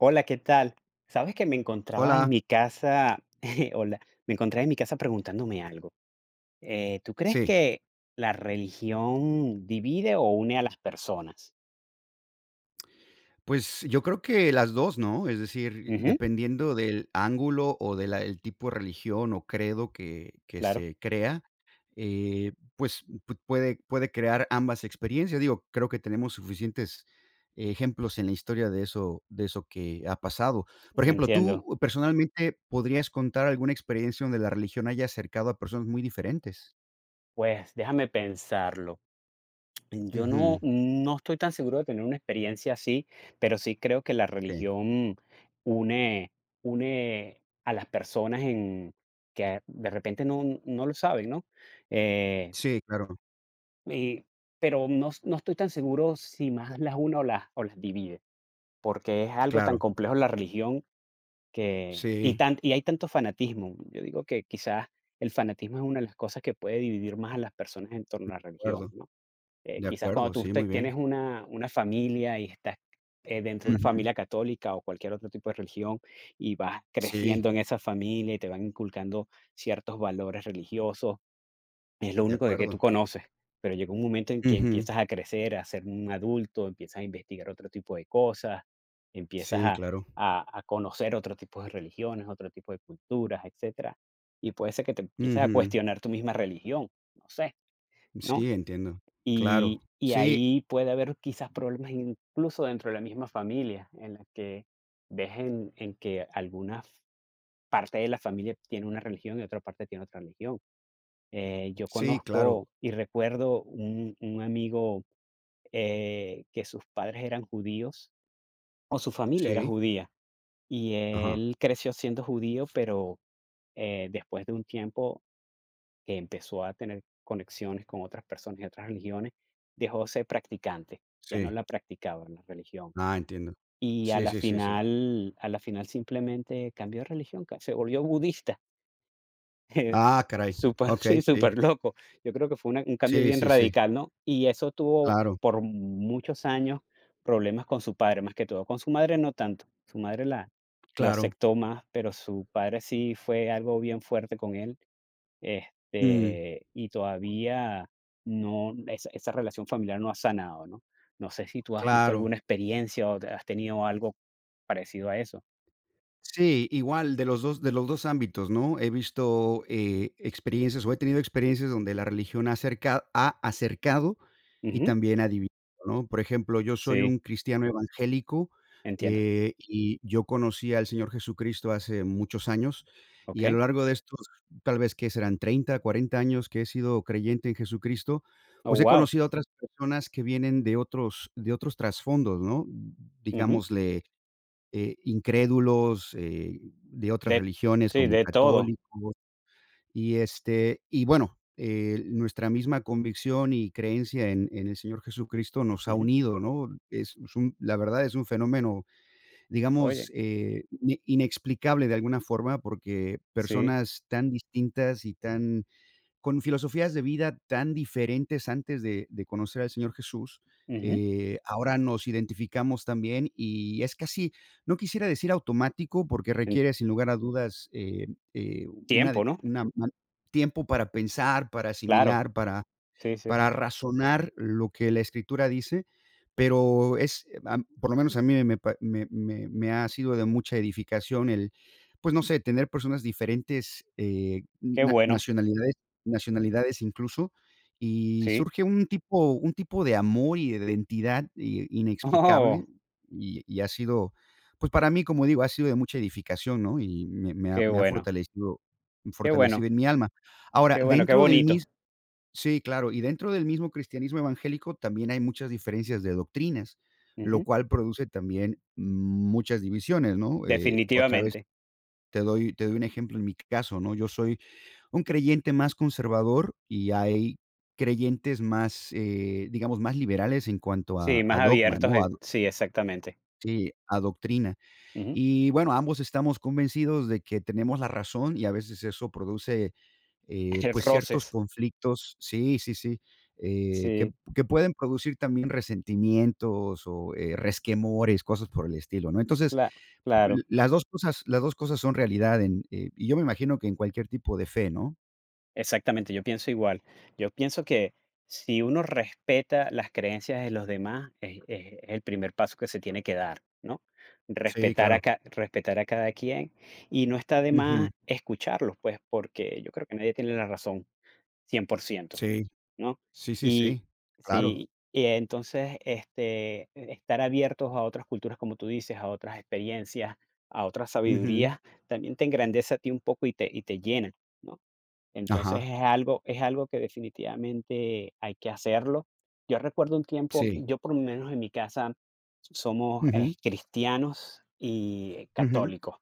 Hola, ¿qué tal? Sabes que me encontraba en Hola, mi casa, hola, me encontraba en mi casa preguntándome algo. ¿tú crees sí. que la religión divide o une a las personas? Pues, yo creo que las 2, ¿no? Es decir, Ujú, dependiendo del ángulo o del tipo de religión o credo que claro, se crea, pues, pu puede puede crear ambas experiencias. Digo, creo que tenemos suficientes ejemplos en la historia de eso que ha pasado. Por ejemplo, entiendo. tú personalmente, ¿podrías contar alguna experiencia donde la religión haya acercado a personas muy diferentes? Pues déjame pensarlo. Yo no, Ujú. no estoy tan seguro de tener una experiencia así, pero sí creo que la Sí. religión une, une a las personas en que de repente no lo saben, ¿no? Eh, Sí, claro, Y pero no estoy tan seguro si más las une o las divide, porque es algo tan claro. complejo la religión que y Sí, tan y hay tanto fanatismo. Yo digo que quizás el fanatismo es una de las cosas que puede dividir más a las personas en torno a de las religiones, acuerdo. ¿no? De Quizás cuando acuerdo, tú sí, te muy tienes bien. una familia y estás dentro de una Ujú. familia católica o cualquier otro tipo de religión y vas Sí, creciendo en esa familia y te van inculcando ciertos valores religiosos, es lo de único de que tú acuerdo. conoces, pero llega un momento en que Ujú. empiezas a crecer, a ser un adulto, empiezas a investigar otro tipo de cosas, empiezas Sí, claro. A conocer otro tipo de religiones, otro tipo de culturas, etcétera, y puede ser que te empieces a Ujú. cuestionar tu misma religión, no sé, ¿no? Sí, entiendo. Y Claro. y Sí, ahí puede haber quizás problemas incluso dentro de la misma familia, en la que ves en que alguna parte de la familia tiene una religión y otra parte tiene otra religión. Yo sí, claro. conozco y recuerdo un amigo, que sus padres eran judíos, o su familia era Sí. judía, y Ajá. él creció siendo judío, pero, después de un tiempo que empezó a tener conexiones con otras personas y otras religiones, dejó de ser practicante, ya no Sí. la practicaba la religión. Ah, entiendo. Y Sí, sí, sí, sí. A la final simplemente cambió de religión, ca se volvió budista. Ah, caray. Súper, Okey, sí, sí. súper loco. Yo creo que fue una un cambio Sí, bien sí, sí. radical, ¿no? Y eso tuvo Claro, por muchos años problemas con su padre, más que todo. Con su madre no tanto. Su madre la lo claro. aceptó más, pero su padre sí fue algo bien fuerte con él, Mm, y todavía no esa relación familiar no ha sanado, ¿no? No sé si tú has visto claro. alguna experiencia o te has tenido algo parecido a eso. Sí, igual de los 2 ámbitos, ¿no? He visto, experiencias, o he tenido experiencias donde la religión ha acercado y Ujú. también ha dividido, ¿no? Por ejemplo, yo soy Sí, un cristiano evangélico, entiendo. Y yo conocí al Señor Jesucristo hace muchos años, y a lo Okey. largo de estos, tal vez, ¿que serán? 30, 40 años que he sido creyente en Jesucristo, Oh, pues he wow. conocido a otras personas que vienen de otros trasfondos, ¿no? Digámosle, incrédulos, de otras De religiones sí, como de todo. católicos y, este, y bueno, nuestra misma convicción y creencia en el Señor Jesucristo nos ha Ujú. unido, ¿no? Es un la verdad es un fenómeno, digamos, Oye, inexplicable de alguna forma, porque sí. personas tan distintas y tan con filosofías de vida tan diferentes antes de conocer al Señor Jesús, Ujú. Ahora nos identificamos también, y es casi, no quisiera decir automático, porque En requiere, sin lugar a dudas, eh, una tiempo, ¿no? una ma tiempo para pensar, para Claro. asimilar, Sí, sí. para razonar lo que la Escritura dice, pero es, por lo menos a mí me pa me me me ha sido de mucha edificación el, pues, no sé, tener personas diferentes, Qué na bueno. nacionalidades incluso, y Sí. surge un tipo de amor y de identidad i Oh, inexplicable, y ha sido, pues, para mí, como digo, ha sido de mucha edificación, ¿no? Y qué me ha bueno, fortalecido qué bueno, en mi alma. Ahora, qué bueno, qué dentro del bonito. mis sí, claro, y dentro del mismo cristianismo evangélico también hay muchas diferencias de doctrinas, lo Ujú. cual produce también muchas divisiones, ¿no? Otra vez Definitivamente. Te doy un ejemplo en mi caso, ¿no? Yo soy un creyente más conservador y hay creyentes más, digamos, más liberales en cuanto Sí, más a dogma, abiertos ¿no? A en sí, exactamente. sí, a doctrina. Ujú. Y bueno, ambos estamos convencidos de que tenemos la razón y a veces eso produce, pues, ciertos Roces. conflictos sí, sí, sí, eh, que Sí, que pueden producir también resentimientos o, resquemores, cosas por el estilo, ¿no? Entonces, cla l claro. las 2 cosas son realidad en, y yo me imagino que en cualquier tipo de fe, ¿no? Exactamente, yo pienso igual. Yo pienso que si uno respeta las creencias de los demás, es el primer paso que se tiene que dar, ¿no? Sí, Respetar a, claro. Respetar a cada quien y no está de Ujú. más escucharlos, pues, porque yo creo que nadie tiene la razón 100%, Sí. ¿no? Sí, sí, Y sí. Claro. sí, y entonces este, estar abiertos a otras culturas, como tú dices, a otras experiencias, a otras Ujú. sabidurías, también te engrandece a ti un poco y te llena, ¿no? Entonces Ajá. Es algo que definitivamente hay que hacerlo. Yo recuerdo un tiempo, Sí. yo por lo menos en mi casa somos, Ujú. cristianos y Ujú. católicos,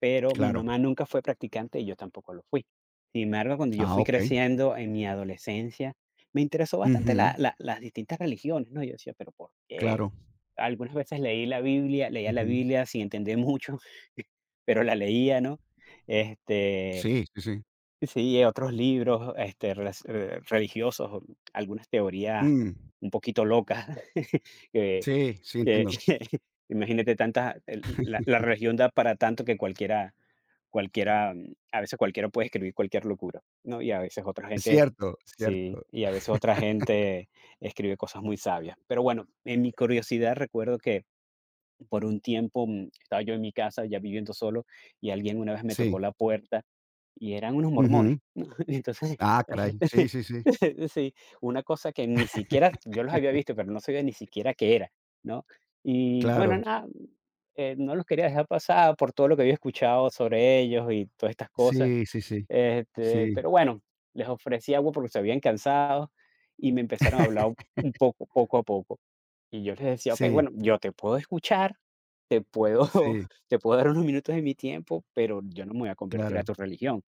pero mi Claro. mamá nunca fue practicante y yo tampoco lo fui. Sin embargo, cuando yo Ah, fui okey. creciendo en mi adolescencia, me interesó bastante la Ujú. la las distintas religiones, ¿no? Yo decía: "¿Pero por qué?". Claro. Algunas veces leí la Biblia, leía la Ujú. Biblia sin entender mucho, pero la leía, ¿no? Este Sí, sí, sí. Sí, otros libros, relac religiosos, o algunas teorías Mm, un poquito locas que sí, sí, que entiendo. imagínate tantas el la la religión da para tanto que cualquiera, a veces cualquiera puede escribir cualquier locura, ¿no? Y a veces otra Es gente cierto, sí, cierto. y a veces otra gente escribe cosas muy sabias. Pero bueno, en mi curiosidad recuerdo que por un tiempo estaba yo en mi casa ya viviendo solo y alguien una vez me Sí. tocó la puerta y eran unos mormones, Ujú. ¿no? Entonces, Ah, caray. Sí, sí, sí. sí, una cosa que ni siquiera yo los había visto, pero no sabía ni siquiera qué era, ¿no? Y bueno, Claro. nada, no los quería dejar pasar por todo lo que había escuchado sobre ellos y todas estas cosas. Sí, sí, sí. Sí, Pero bueno, les ofrecí agua porque se habían cansado y me empezaron a hablar un poco, poco a poco. Y yo les decía: "Okey, sí, bueno, yo te puedo escuchar, te puedo sí, te puedo dar unos minutos de mi tiempo, pero yo no me voy a convertir a claro. tu religión.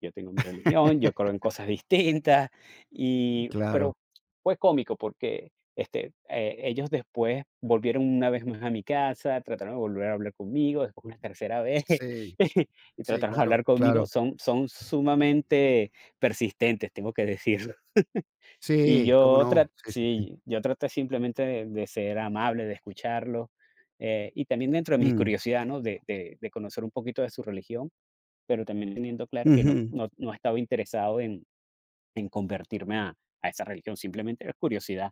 Yo tengo mi religión, yo creo en cosas distintas". Pero Claro. fue cómico porque, ellos después volvieron una vez más a mi casa, trataron de volver a hablar conmigo, después una tercera vez, Sí, y sí, trataron de claro, hablar conmigo. claro. Son sumamente persistentes, tengo que decirlo. Y Sí, cómo yo tra no. Sí, sí, sí. Sí, yo traté simplemente de ser amable, de escucharlo, y también dentro de mi Mm, curiosidad, ¿no? De conocer un poquito de su religión, pero también teniendo claro que ujú. No estaba interesado en convertirme a esa religión, simplemente era curiosidad.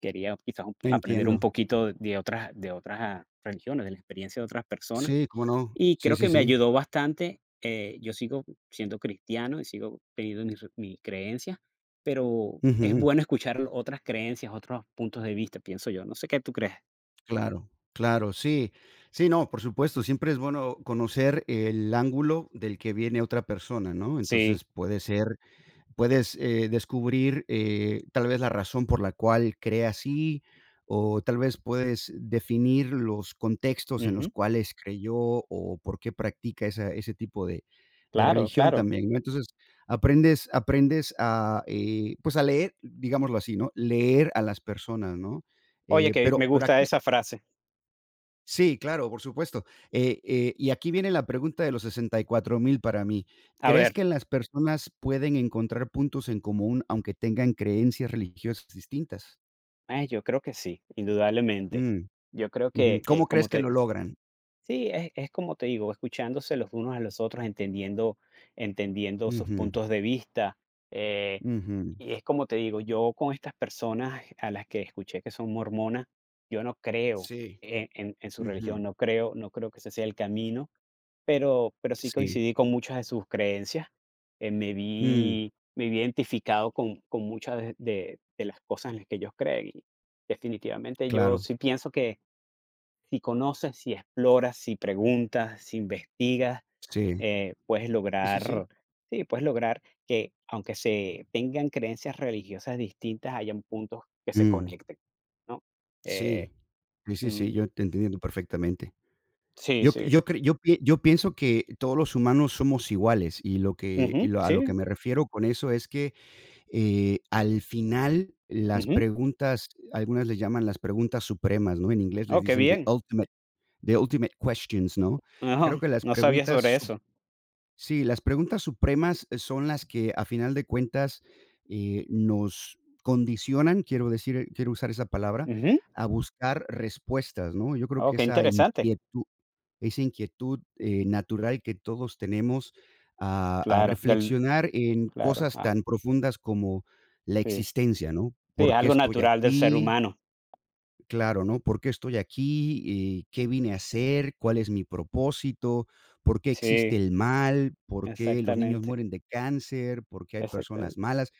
Quería quizás un aprender un Entiendo. poquito de otras religiones, de la experiencia de otras personas, Sí, cómo no. y Sí, creo sí, que me sí. ayudó bastante. Yo sigo siendo cristiano y sigo teniendo mis creencias, pero es Ujú. bueno escuchar otras creencias, otros puntos de vista, pienso yo. No sé qué tú crees. Claro, claro, sí. Sí, no, por supuesto, siempre es bueno conocer el ángulo del que viene otra persona, ¿no? Sí, Entonces, puede ser puedes, descubrir, tal vez la razón por la cual cree así, o tal vez puedes definir los contextos en los ujú, cuales creyó, o por qué practica esa ese tipo de claro, religión claro. también, ¿no? Entonces, aprendes a, pues, a leer, digámoslo así, ¿no? Leer a las personas, ¿no? Oye, que me Pero gusta aquí esa frase. sí, claro, por supuesto. Y aquí viene la pregunta de los 64.000 para mí. A ¿Crees ver, que las personas pueden encontrar puntos en común aunque tengan creencias religiosas distintas? Yo creo que sí, indudablemente. Mm, Yo creo ujú. Que ¿Cómo crees como que lo te logran? Sí, es como te digo, escuchándose los unos a los otros, entendiendo, entendiendo sus Ujú, puntos de vista. eh, ujú. y es como te digo, yo con estas personas a las que escuché que son mormonas, yo no creo Sí, en, en su religión, ujú, no creo, no creo que ese sea el camino, pero sí sí. coincidí con muchas de sus creencias. Mm, Me vi identificado con muchas de, de las cosas en las que ellos creen. Y definitivamente yo claro, sí pienso si conoces, si exploras, si preguntas, si investigas, sí. Puedes Sí, sí, sí. lograr, sí, puedes lograr que, aunque se tengan creencias religiosas distintas, hayan puntos que se Mm, conecten, ¿no? Eh, sí. Sí, sí, sí, mm, yo te entiendo perfectamente. sí, Yo sí. yo cre yo pi yo pienso que todos los humanos somos iguales, y Ujú, lo a lo que sí. me refiero con eso es que, al final las Ujú. preguntas, algunas le llaman las preguntas supremas, ¿no? En inglés Oh, les qué dicen bien. The ultimate questions, ¿no? Creo No, que las no sabía preguntas sobre su eso. sí, las preguntas supremas son las que a final de cuentas, nos condicionan, quiero usar esa palabra, Ujú. a buscar respuestas, ¿no? Yo creo Oh, que qué interesante. Esa inquietud, natural que todos tenemos a Claro, del, reflexionar en claro, cosas ah, tan profundas como la sí. existencia, ¿no? Sí, es ¿Por qué algo estoy natural del ser aquí? humano. Claro, ¿no? ¿Por qué estoy aquí? Y, ¿qué vine a hacer? ¿Cuál es mi propósito? ¿Por qué existe Sí, el mal? ¿Por qué los niños exactamente, mueren de cáncer? ¿Por qué hay personas exactamente. malas?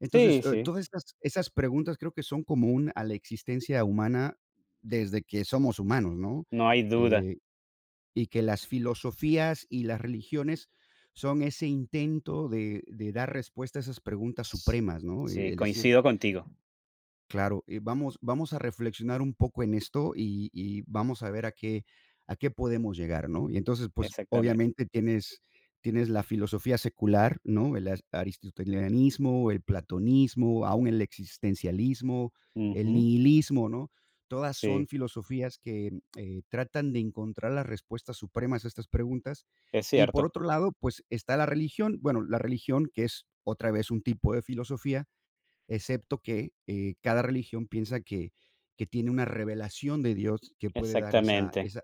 Entonces, Sí, sí, todas esas preguntas creo que son común a la existencia humana desde que somos humanos, ¿no? no hay duda. Eh y que las filosofías y las religiones son ese intento de dar respuesta a esas preguntas supremas, ¿no? Sí, Es decir, coincido contigo, claro, vamos a reflexionar un poco en esto y vamos a ver a qué podemos llegar, ¿no? Y entonces, pues, exactamente. obviamente tienes la filosofía secular, ¿no? El as aristotelianismo, el platonismo, aún el existencialismo, el Ujú, nihilismo, ¿no? Todas son sí, filosofías que, tratan de encontrar las respuestas supremas a estas preguntas. es Y por cierto, otro lado, pues, está la religión, bueno, la religión, que es otra vez un tipo de filosofía excepto que, cada religión piensa que tiene una revelación de Dios que puede dar exactamente, esa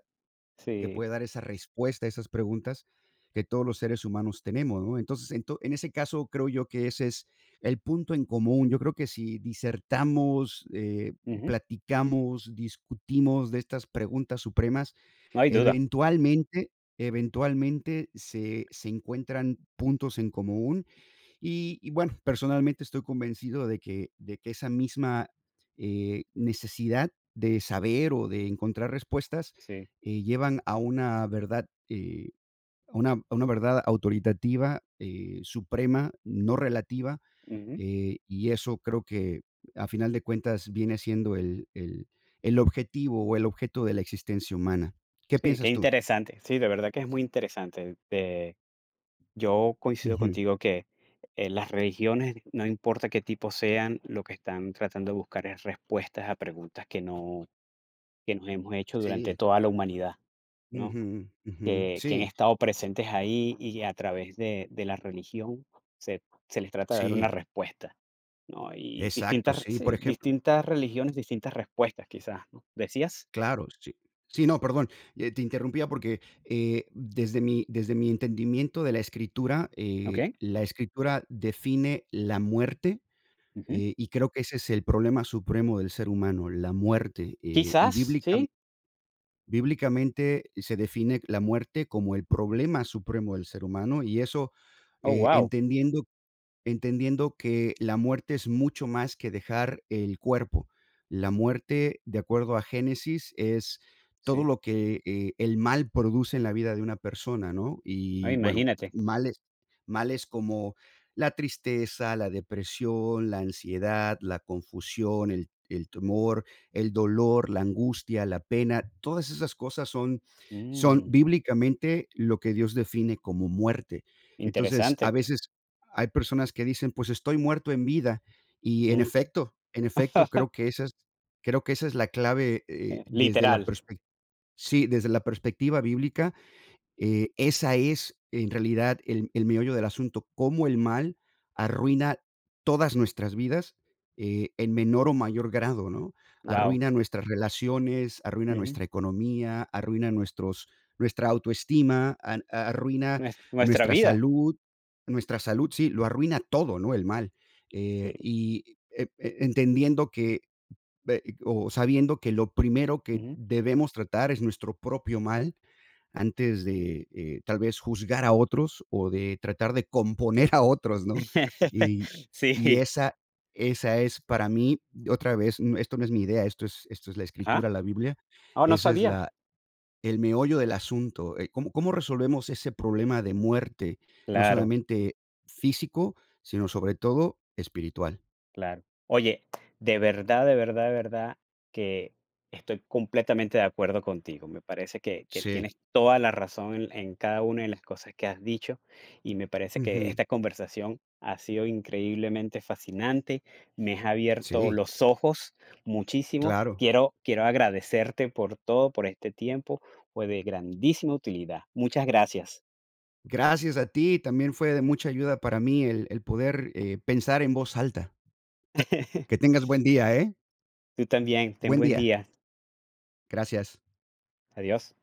sí, respuesta a esas preguntas que todos los seres humanos tenemos, ¿no? Entonces, ento en ese caso, creo yo que ese es el punto en común. Yo creo que si disertamos, ujú, platicamos, discutimos de estas preguntas supremas, no hay duda, eventualmente se encuentran puntos en común y bueno, personalmente estoy convencido de que esa misma, necesidad de saber o de encontrar respuestas, sí, llevan a una verdad, eh, a una verdad autoritativa, suprema, no relativa, ujú, y eso creo que a final de cuentas viene siendo el objetivo o el objeto de la existencia humana. ¿Qué sí, qué piensas tú? interesante, sí, de verdad que es muy interesante, yo coincido Ujú. contigo que, las religiones, no importa qué tipo sean, lo que están tratando de buscar es respuestas a preguntas que no que nos hemos hecho durante Sí. toda la humanidad, ¿no? Ujú, ujú. Que han Sí, estado presentes ahí y a través de la religión se se les trata de dar una sí, respuesta, ¿no? Y exacto, distintas sí. Por sí, ejemplo distintas religiones, distintas respuestas quizás, ¿no? ¿Decías? claro, sí. Sí, no, perdón, te interrumpía porque, desde mi entendimiento de Okey, la escritura define la muerte, ujú. Y creo que ese es el problema supremo del ser humano, la muerte, Quizás, sí. bíblicamente se define la muerte como el problema supremo del ser humano, y eso, Oh, wow, entendiendo entendiendo que la muerte es mucho más que dejar el cuerpo. La muerte, de acuerdo a Génesis, es todo sí. lo que, el mal produce en la vida de una persona, ¿no? Ah, Y bueno, imagínate. males como la tristeza, la depresión, la ansiedad, la confusión, el temor, el dolor, la angustia, la pena, todas esas cosas son son Mm, bíblicamente lo que Dios define como muerte. Entonces, a interesante. veces hay personas que dicen: "Pues estoy muerto en vida", y Mm. En efecto, creo que esa es creo que esa es la clave, desde la literal. perspectiva sí, desde la perspectiva bíblica, esa es, en realidad, el meollo del asunto, cómo el mal arruina todas nuestras vidas, en menor o mayor grado, ¿no? Wow. Arruina nuestras relaciones, arruina Ujú. nuestra economía, arruina nuestros nuestra autoestima, arruina Nues nuestra nuestra vida. salud sí, lo arruina todo, ¿no? El mal. Sí. Entendiendo que, o sabiendo que lo primero que Ujú. debemos tratar es nuestro propio mal, antes de, tal vez, juzgar a otros o de tratar de componer a otros, ¿no? Y y Sí. esa esa es para mí, otra vez, n esto no es mi idea, esto es la Ah. Escritura, la Biblia. Oh, no Esa es sabía. la el meollo del asunto, ¿cómo resolvemos ese problema de muerte? No Claro. solamente físico, sino sobre todo espiritual. Claro. Oye, de verdad, de verdad, de verdad que estoy completamente de acuerdo contigo. Me parece que Sí. tienes toda la razón en cada una de las cosas que has dicho y me parece que Ujú. esta conversación ha sido increíblemente fascinante. Me has abierto Sí, los ojos muchísimo. claro. Quiero, quiero agradecerte por todo, por este tiempo. Fue de grandísima utilidad. Muchas gracias. Gracias a ti, también fue de mucha ayuda para mí el poder, pensar en voz alta. Que tengas buen día, ¿eh? Tú también. Ten Buen buen día. día. Gracias. Adiós.